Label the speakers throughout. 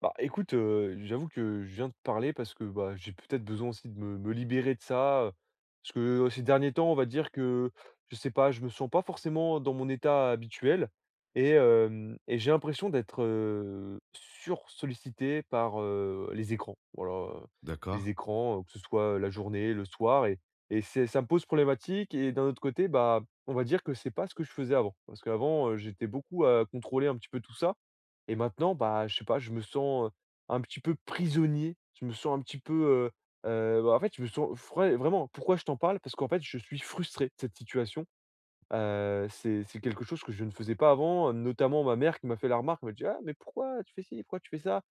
Speaker 1: Bah, écoute, j'avoue que je viens de parler parce que, bah, j'ai peut-être besoin aussi de me libérer de ça, parce que ces derniers temps, on va dire que, je sais pas, je me sens pas forcément dans mon état habituel et j'ai l'impression d'être sur sollicité par, les écrans. Voilà,
Speaker 2: D'accord.
Speaker 1: les écrans, que ce soit la journée, le soir et c'est ça me pose problématique et d'un autre côté, bah, on va dire que c'est pas ce que je faisais avant. Parce qu'avant, j'étais beaucoup à contrôler un petit peu tout ça et maintenant, bah, je sais pas, je me sens, un petit peu prisonnier. Je me sens un petit peu, heu bah, en fait, je me sens vraiment, pourquoi je t'en parle? Parce qu'en fait, je suis frustré de cette situation. C'est quelque chose que je ne faisais pas avant, notamment ma mère qui m'a fait la remarque. Elle m'a dit: «Ah, mais pourquoi tu fais ci? Pourquoi tu fais ça?»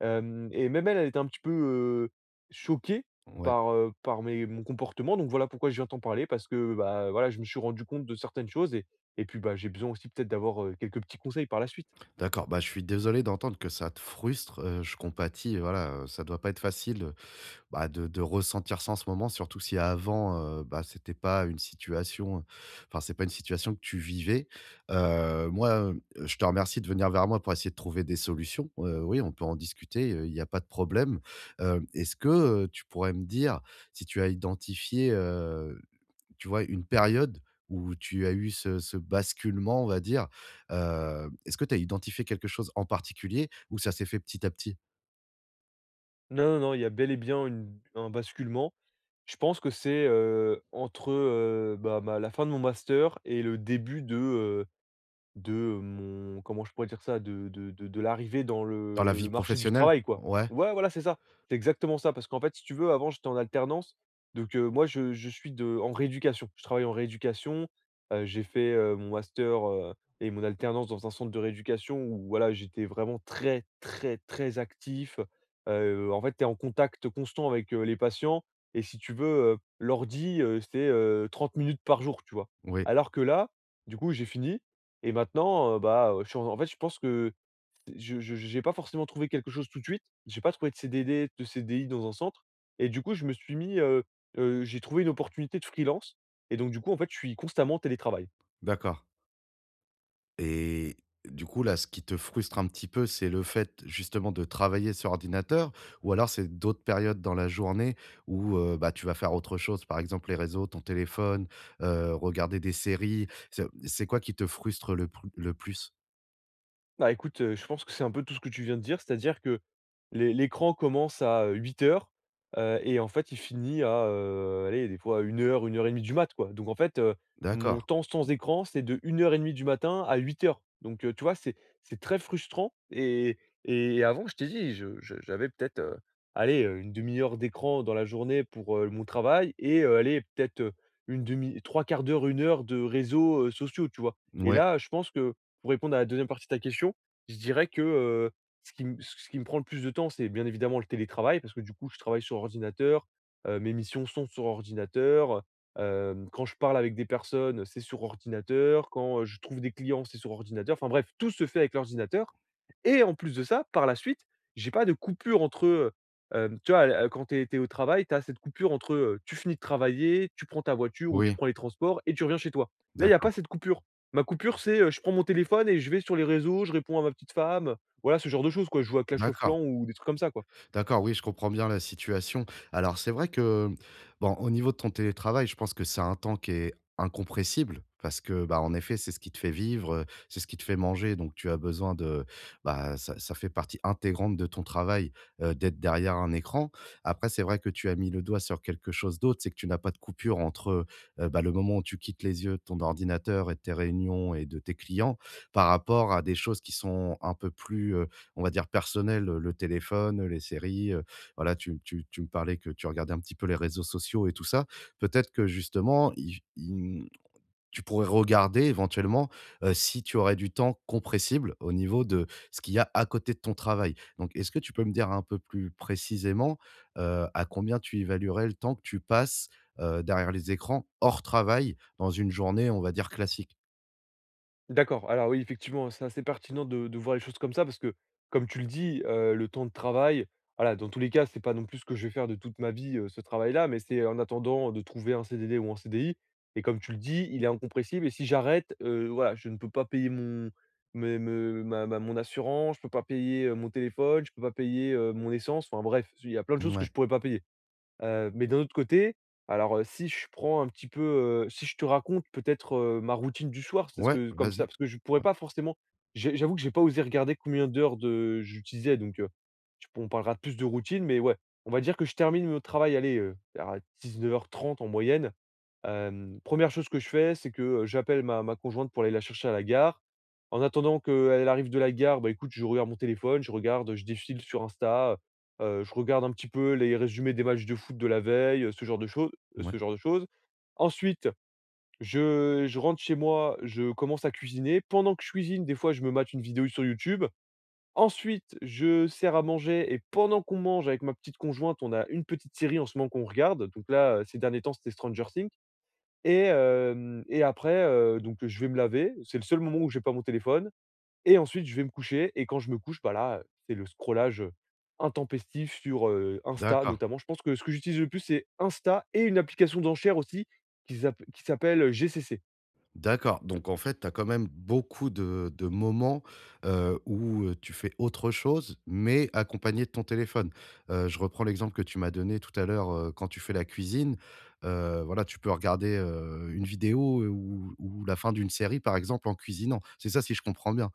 Speaker 1: hem et même elle, elle était un petit peu, choquée
Speaker 2: Ouais.
Speaker 1: par, par mes mon comportement. Donc voilà pourquoi je viens t'en parler parce que, bah, voilà, je me suis rendu compte de certaines choses et puis, bah, j'ai besoin aussi peut-être d'avoir, quelques petits conseils par la suite.
Speaker 2: D'accord, bah, je suis désolé d'entendre que ça te frustre, je compatis, voilà, voilà, ça doit pas être facile, bah, de ressentir ça en ce moment, surtout si avant, bah, c'était pas une situation, enfin, c'est pas une situation que tu vivais. Moi, je te remercie de venir vers moi pour essayer de trouver des solutions. Oui, on peut en discuter, il y a pas de problème. Est-ce que, tu pourrais me dire si tu as identifié, tu vois, une période où tu as eu ce basculement, on va dire, est-ce que tu as identifié quelque chose en particulier ou ça s'est fait petit à petit?
Speaker 1: Non, non, non, il y a bel et bien une un basculement. Je pense que c'est, entre, bah, ma la fin de mon master et le début de, mon comment je pourrais dire ça? De l'arrivée dans
Speaker 2: Dans la
Speaker 1: le
Speaker 2: vie
Speaker 1: marché du
Speaker 2: professionnelle?
Speaker 1: travail, quoi.
Speaker 2: Ouais,
Speaker 1: Ouais, voilà, c'est ça. C'est exactement ça, parce qu'en fait, si tu veux, avant, j'étais en alternance, donc moi, je suis de en rééducation. Je travaille en rééducation, j'ai fait, mon master, et mon alternance dans un centre de rééducation où voilà, j'étais vraiment très, très, très actif. En fait, tu es en contact constant avec, les patients et si tu veux, l'ordi, c'est, 30 minutes par jour, tu vois?
Speaker 2: oui,
Speaker 1: Alors que là, du coup, j'ai fini et maintenant, bah, je suis en en fait, je pense que je j'ai pas forcément trouvé quelque chose tout de suite. J'ai pas trouvé de CDD, de CDI dans un centre et du coup, je me suis mis, j'ai trouvé une opportunité de freelance et donc du coup, en fait, je suis constamment en télétravail.
Speaker 2: d'accord, et du coup, là, ce qui te frustre un petit peu, c'est le fait justement de travailler sur ordinateur, ou alors c'est d'autres périodes dans la journée où, bah, tu vas faire autre chose, par exemple les réseaux, ton téléphone, regarder des séries? C'est quoi qui te frustre le plus?
Speaker 1: Bah, écoute, je pense que c'est un peu tout ce que tu viens de dire, c'est-à-dire que l'écran commence à 8h et en fait, il finit à, allez, des fois une heure, une heure et demie du mat', quoi. Donc en fait, mon
Speaker 2: D'accord,
Speaker 1: temps sans écran, c'est de 1h30 du matin à 8h. Donc tu vois, c'est très frustrant et avant, je t'ai dit, je j'avais peut-être, allez, une demi heure d'écran dans la journée pour, mon travail et allez, peut-être, une demi trois quarts d'heure, une heure de réseaux, sociaux, tu vois? Et
Speaker 2: ouais,
Speaker 1: là, je pense que pour répondre à la deuxième partie de ta question, je dirais que, ce qui me prend le plus de temps, c'est bien évidemment le télétravail parce que du coup, je travaille sur ordinateur, mes missions sont sur ordinateur, quand je parle avec des personnes, c'est sur ordinateur, quand, je trouve des clients, c'est sur ordinateur, enfin bref, tout se fait avec l'ordinateur et en plus de ça, par la suite, j'ai pas de coupure entre, tu vois, quand tu es au travail, tu as cette coupure entre, tu finis de travailler, tu prends ta voiture ou tu
Speaker 2: oui,
Speaker 1: prends les transports et tu reviens chez toi. Là, il y a pas
Speaker 2: d'accord.
Speaker 1: cette coupure. Ma coupure, c'est, je prends mon téléphone et je vais sur les réseaux, je réponds à ma petite femme. Voilà, ce genre de choses quoi, je joue à Clash of
Speaker 2: D'accord,
Speaker 1: Clans ou des trucs comme ça quoi.
Speaker 2: d'accord, oui, je comprends bien la situation. Alors, c'est vrai que, bon, au niveau de ton télétravail, je pense que c'est un temps qui est incompressible parce que, bah, en effet, c'est ce qui te fait vivre, c'est ce qui te fait manger. Donc, tu as besoin de, bah, ça fait partie intégrante de ton travail, d'être derrière un écran. Après, c'est vrai que tu as mis le doigt sur quelque chose d'autre, c'est que tu n'as pas de coupure entre, bah, le moment où tu quittes les yeux de ton ordinateur et de tes réunions et de tes clients, par rapport à des choses qui sont un peu plus, on va dire personnel, le téléphone, les séries, voilà, tu me parlais que tu regardais un petit peu les réseaux sociaux et tout ça. Peut-être que justement, tu pourrais regarder éventuellement, si tu aurais du temps compressible au niveau de ce qu'il y a à côté de ton travail. Donc est-ce que tu peux me dire un peu plus précisément, à combien tu évaluerais le temps que tu passes, derrière les écrans hors travail dans une journée, on va dire classique?
Speaker 1: D'accord, alors oui, effectivement, c'est assez pertinent de voir les choses comme ça parce que, comme tu le dis, le temps de travail, voilà, dans tous les cas, c'est pas non plus ce que je vais faire de toute ma vie, ce travail-là, mais c'est en attendant de trouver un CDD ou un CDI et comme tu le dis, il est incompressible et si j'arrête, voilà, je ne peux pas payer mon mes me ma ma mon assurance, je peux pas payer, mon téléphone, je peux pas payer, mon essence, enfin bref, il y a plein de choses que je
Speaker 2: Ouais,
Speaker 1: pourrais pas payer. Mais d'un autre côté, alors, si je prends un petit peu, si je te raconte peut-être, ma routine du soir, c'est ce
Speaker 2: ouais,
Speaker 1: que comme ça,
Speaker 2: vas-y.
Speaker 1: parce que je pourrais pas forcément j'avoue que j'ai pas osé regarder combien d'heures de j'utilisais donc, je on parlera plus de routine mais ouais, on va dire que je termine mon travail, allez, à 19h30 en moyenne. 1 chose que je fais, c'est que, j'appelle ma conjointe pour aller la chercher à la gare. En attendant qu'elle arrive de la gare, bah, écoute, je regarde mon téléphone, je regarde, je défile sur Insta, je regarde un petit peu les résumés des matchs de foot de la veille, ce genre de choses ce
Speaker 2: Ouais,
Speaker 1: genre de choses. Ensuite, je rentre chez moi, je commence à cuisiner. Pendant que je cuisine, des fois, je me mate une vidéo sur YouTube. Ensuite, je sers à manger et pendant qu'on mange avec ma petite conjointe, on a une petite série en ce moment qu'on regarde. Donc là, ces derniers temps, c'était Stranger Things. Et après, donc je vais me laver. C'est le seul moment où j'ai pas mon téléphone et ensuite je vais me coucher et quand je me couche, bah, là, c'est le scrollage intempestif sur, Insta
Speaker 2: d'accord.
Speaker 1: notamment. Je pense que ce que j'utilise le plus, c'est Insta et une application d'enchères aussi qui s'appelle, GCC.
Speaker 2: D'accord, donc en fait, tu as quand même beaucoup de moments, où, tu fais autre chose, mais accompagné de ton téléphone. Je reprends l'exemple que tu m'as donné tout à l'heure, quand tu fais la cuisine, voilà, tu peux regarder, une vidéo, ou la fin d'une série, par exemple, en cuisinant. C'est ça, si je comprends bien?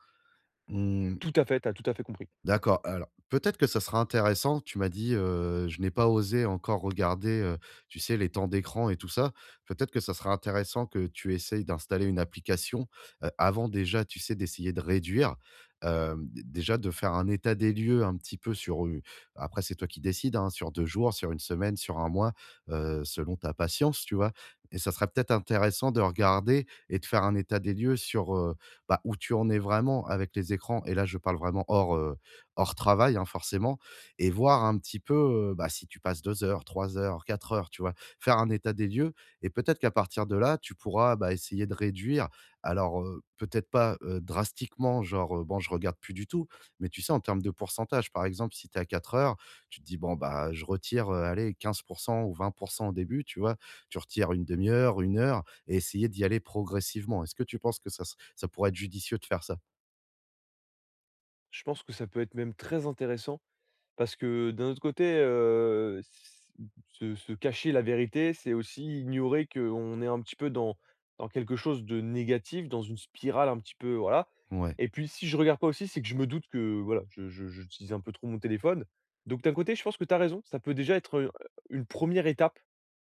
Speaker 2: Mmh.
Speaker 1: Tout à fait, tu as tout à fait compris.
Speaker 2: D'accord, alors peut-être que ça sera intéressant. Tu m'as dit: «Je n'ai pas osé encore regarder, tu sais, les temps d'écran et tout ça». Peut-être que ça sera intéressant que tu essayes d'installer une application, avant déjà, tu sais, d'essayer de réduire, d déjà de faire un état des lieux un petit peu sur, après c'est toi qui décides, hein, sur 2 jours, sur une semaine, sur un mois, selon ta patience, tu vois? Et ça serait peut-être intéressant de regarder et de faire un état des lieux sur, bah, où tu en es vraiment avec les écrans, et là je parle vraiment hors travail, hein, forcément, et voir un petit peu, bah, si tu passes 2 heures, 3 heures, 4 heures, tu vois? Faire un état des lieux, et peut-être qu'à partir de là, tu pourras, bah, essayer de réduire. Alors, peut-être pas, drastiquement, genre: «Bon, je regarde plus du tout», mais tu sais, en termes de pourcentage, par exemple, si tu es à 4 heures, tu te dis: «Bon, bah, je retire, allez 15% ou 20% au début», tu vois? Tu retires une demi heure, une heure, et essayer d'y aller progressivement. Est-ce que tu penses que ça pourrait être judicieux de faire ça?
Speaker 1: Je pense que ça peut être même très intéressant. Parce que d'un autre côté, s se se cacher la vérité, c'est aussi ignorer qu'on est un petit peu dans quelque chose de négatif, dans une spirale un petit peu, voilà,
Speaker 2: Ouais.
Speaker 1: et puis si je regarde pas aussi, c'est que je me doute que voilà, je j'utilise un peu trop mon téléphone. Donc d'un côté, je pense que tu as raison, ça peut déjà être, une première étape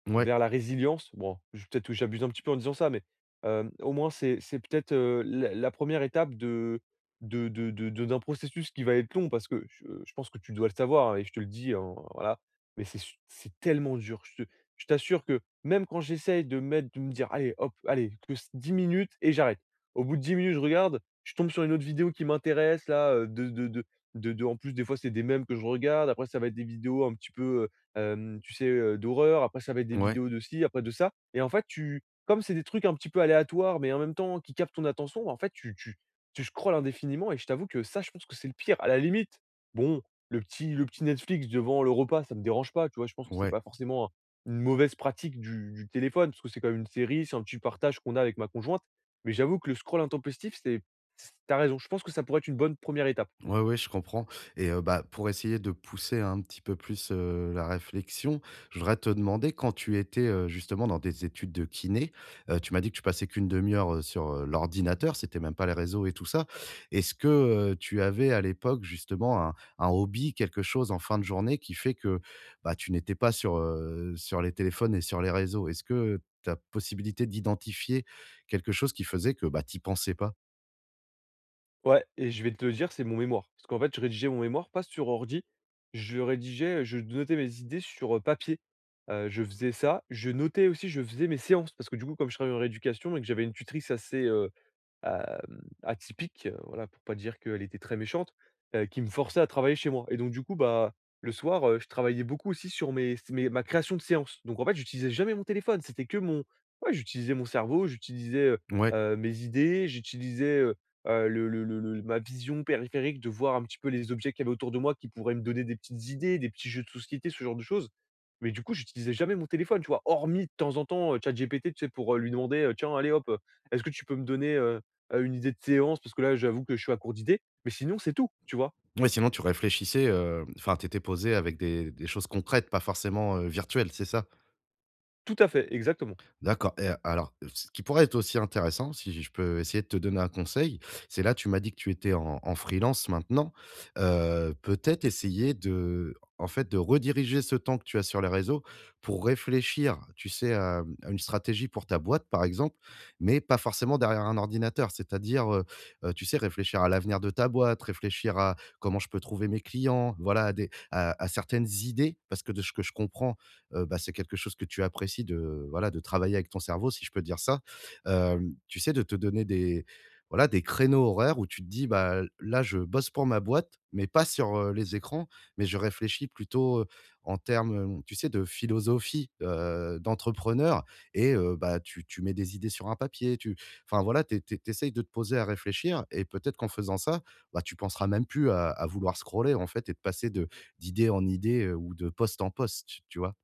Speaker 2: Ouais.
Speaker 1: vers la résilience. Bon, je peut-être que j'abuse un petit peu en disant ça, mais, au moins c'est peut-être, la 1re étape de d'un processus qui va être long parce que je pense que tu dois le savoir, hein, et je te le dis, hein, voilà, mais c'est tellement dur. Je t'assure que même quand j'essaye de mettre de me dire: «Allez, hop, allez, que c 10 minutes et j'arrête». Au bout de 10 minutes, je regarde, je tombe sur une autre vidéo qui m'intéresse là, de en plus des fois c'est des mèmes que je regarde, après ça va être des vidéos un petit peu, tu sais, d'horreur, après ça va être des
Speaker 2: Ouais.
Speaker 1: vidéos de ci, après de ça et en fait tu comme c'est des trucs un petit peu aléatoires, mais en même temps qui captent ton attention, bah, en fait tu scrolles indéfiniment et je t'avoue que ça, je pense que c'est le pire. À la limite, bon, le petit Netflix devant le repas, ça me dérange pas, tu vois? Je pense que c'est
Speaker 2: Ouais.
Speaker 1: pas forcément une mauvaise pratique du téléphone, parce que c'est quand même une série, c'est un petit partage qu'on a avec ma conjointe, mais j'avoue que le scroll intempestif, c'est c tu raison, je pense que ça pourrait être une bonne première étape.
Speaker 2: Ouais, ouais, je comprends, et bah, pour essayer de pousser un petit peu plus, la réflexion, je voudrais te demander quand tu étais, justement dans des études de kiné, tu m'as dit que tu passais qu'une demi heure, sur, l'ordinateur, c'était même pas les réseaux et tout ça. Est-ce que, tu avais à l'époque justement un hobby, quelque chose en fin de journée qui fait que, bah, tu n'étais pas sur, sur les téléphones et sur les réseaux? Est-ce que ta possibilité d'identifier quelque chose qui faisait que, bah, tu pensais pas?
Speaker 1: Ouais, et je vais te le dire, c'est mon mémoire. Parce qu'en fait, je rédigeais mon mémoire pas sur ordi, je rédigeais, je notais mes idées sur, papier. Je faisais ça, je notais aussi, je faisais mes séances parce que du coup, comme je travaillais en rééducation et que j'avais une tutrice assez, atypique, voilà, pour pas dire qu'elle était très méchante, qui me forçait à travailler chez moi et donc du coup, bah, le soir, je travaillais beaucoup aussi sur mes mes ma création de séances. Donc en fait, j'utilisais jamais mon téléphone, c'était que mon ouais, j'utilisais mon cerveau, j'utilisais,
Speaker 2: Ouais.
Speaker 1: mes idées, j'utilisais, le ma vision périphérique de voir un petit peu les objets qu'il y avait autour de moi qui pourraient me donner des petites idées, des petits jeux de société, ce genre de choses. Mais du coup, j'utilisais jamais mon téléphone, tu vois? Hormis de temps en temps, ChatGPT, tu sais, pour, lui demander, «Tiens, allez hop, est-ce que tu peux me donner, une idée de séance parce que là, j'avoue que je suis à court d'idées, mais sinon, c'est tout, tu vois?»
Speaker 2: Ouais, sinon tu réfléchissais, enfin tu étais posé avec des choses concrètes, pas forcément, virtuelles, c'est ça?
Speaker 1: Tout à fait, exactement.
Speaker 2: D'accord, et alors, ce qui pourrait être aussi intéressant, si je peux essayer de te donner un conseil, c'est là, tu m'as dit que tu étais en freelance maintenant, peut-être essayer de en fait, de rediriger ce temps que tu as sur les réseaux pour réfléchir, tu sais, à une stratégie pour ta boîte, par exemple, mais pas forcément derrière un ordinateur. C'est-à-dire, tu sais, réfléchir à l'avenir de ta boîte, réfléchir à comment je peux trouver mes clients, voilà, à des à certaines idées, parce que de ce que je comprends, bah, c'est quelque chose que tu apprécies de voilà, de travailler avec ton cerveau, si je peux dire ça. Tu sais, de te donner des voilà, des créneaux horaires où tu te dis: «Bah, là, je bosse pour ma boîte, mais pas sur, les écrans, mais je réfléchis plutôt, en termes, tu sais, de philosophie, d'entrepreneur», et bah, tu mets des idées sur un papier, tu enfin, voilà, tu essayes de te poser à réfléchir, et peut-être qu'en faisant ça, bah, tu penseras même plus à vouloir scroller, en fait, et de passer de d'idée en idée, ou de poste en poste, tu vois?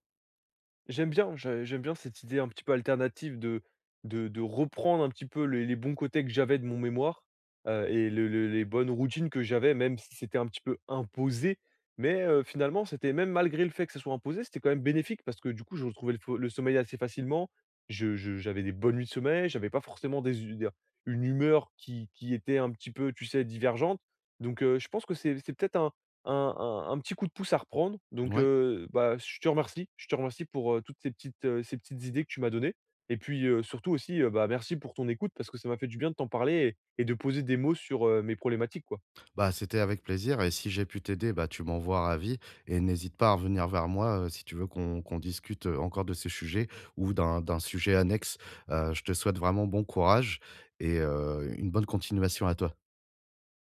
Speaker 1: J'aime bien, je j'aime bien cette idée un petit peu alternative de de reprendre un petit peu les bons côtés que j'avais de mon mémoire, et le les bonnes routines que j'avais, même si c'était un petit peu imposé. Mais finalement, c'était même malgré le fait que ça soit imposé, c'était quand même bénéfique parce que du coup, je retrouvais le sommeil assez facilement. Je j'avais des bonnes nuits de sommeil, j'avais pas forcément des u des une humeur qui était un petit peu, tu sais, divergente. Donc je pense que c'est peut-être un petit coup de pouce à reprendre. Donc,
Speaker 2: Ouais,
Speaker 1: bah, je te remercie. Je te remercie pour, ces petites idées que tu m'as données et puis, surtout aussi, bah, merci pour ton écoute parce que ça m'a fait du bien de t'en parler et de poser des mots sur, mes problématiques, quoi.
Speaker 2: bah, c'était avec plaisir, et si j'ai pu t'aider, bah, tu m'envoies ravi, et n'hésite pas à revenir vers moi, si tu veux qu'on discute, encore de ce sujet ou d'un sujet annexe. Je te souhaite vraiment bon courage, et une bonne continuation à toi.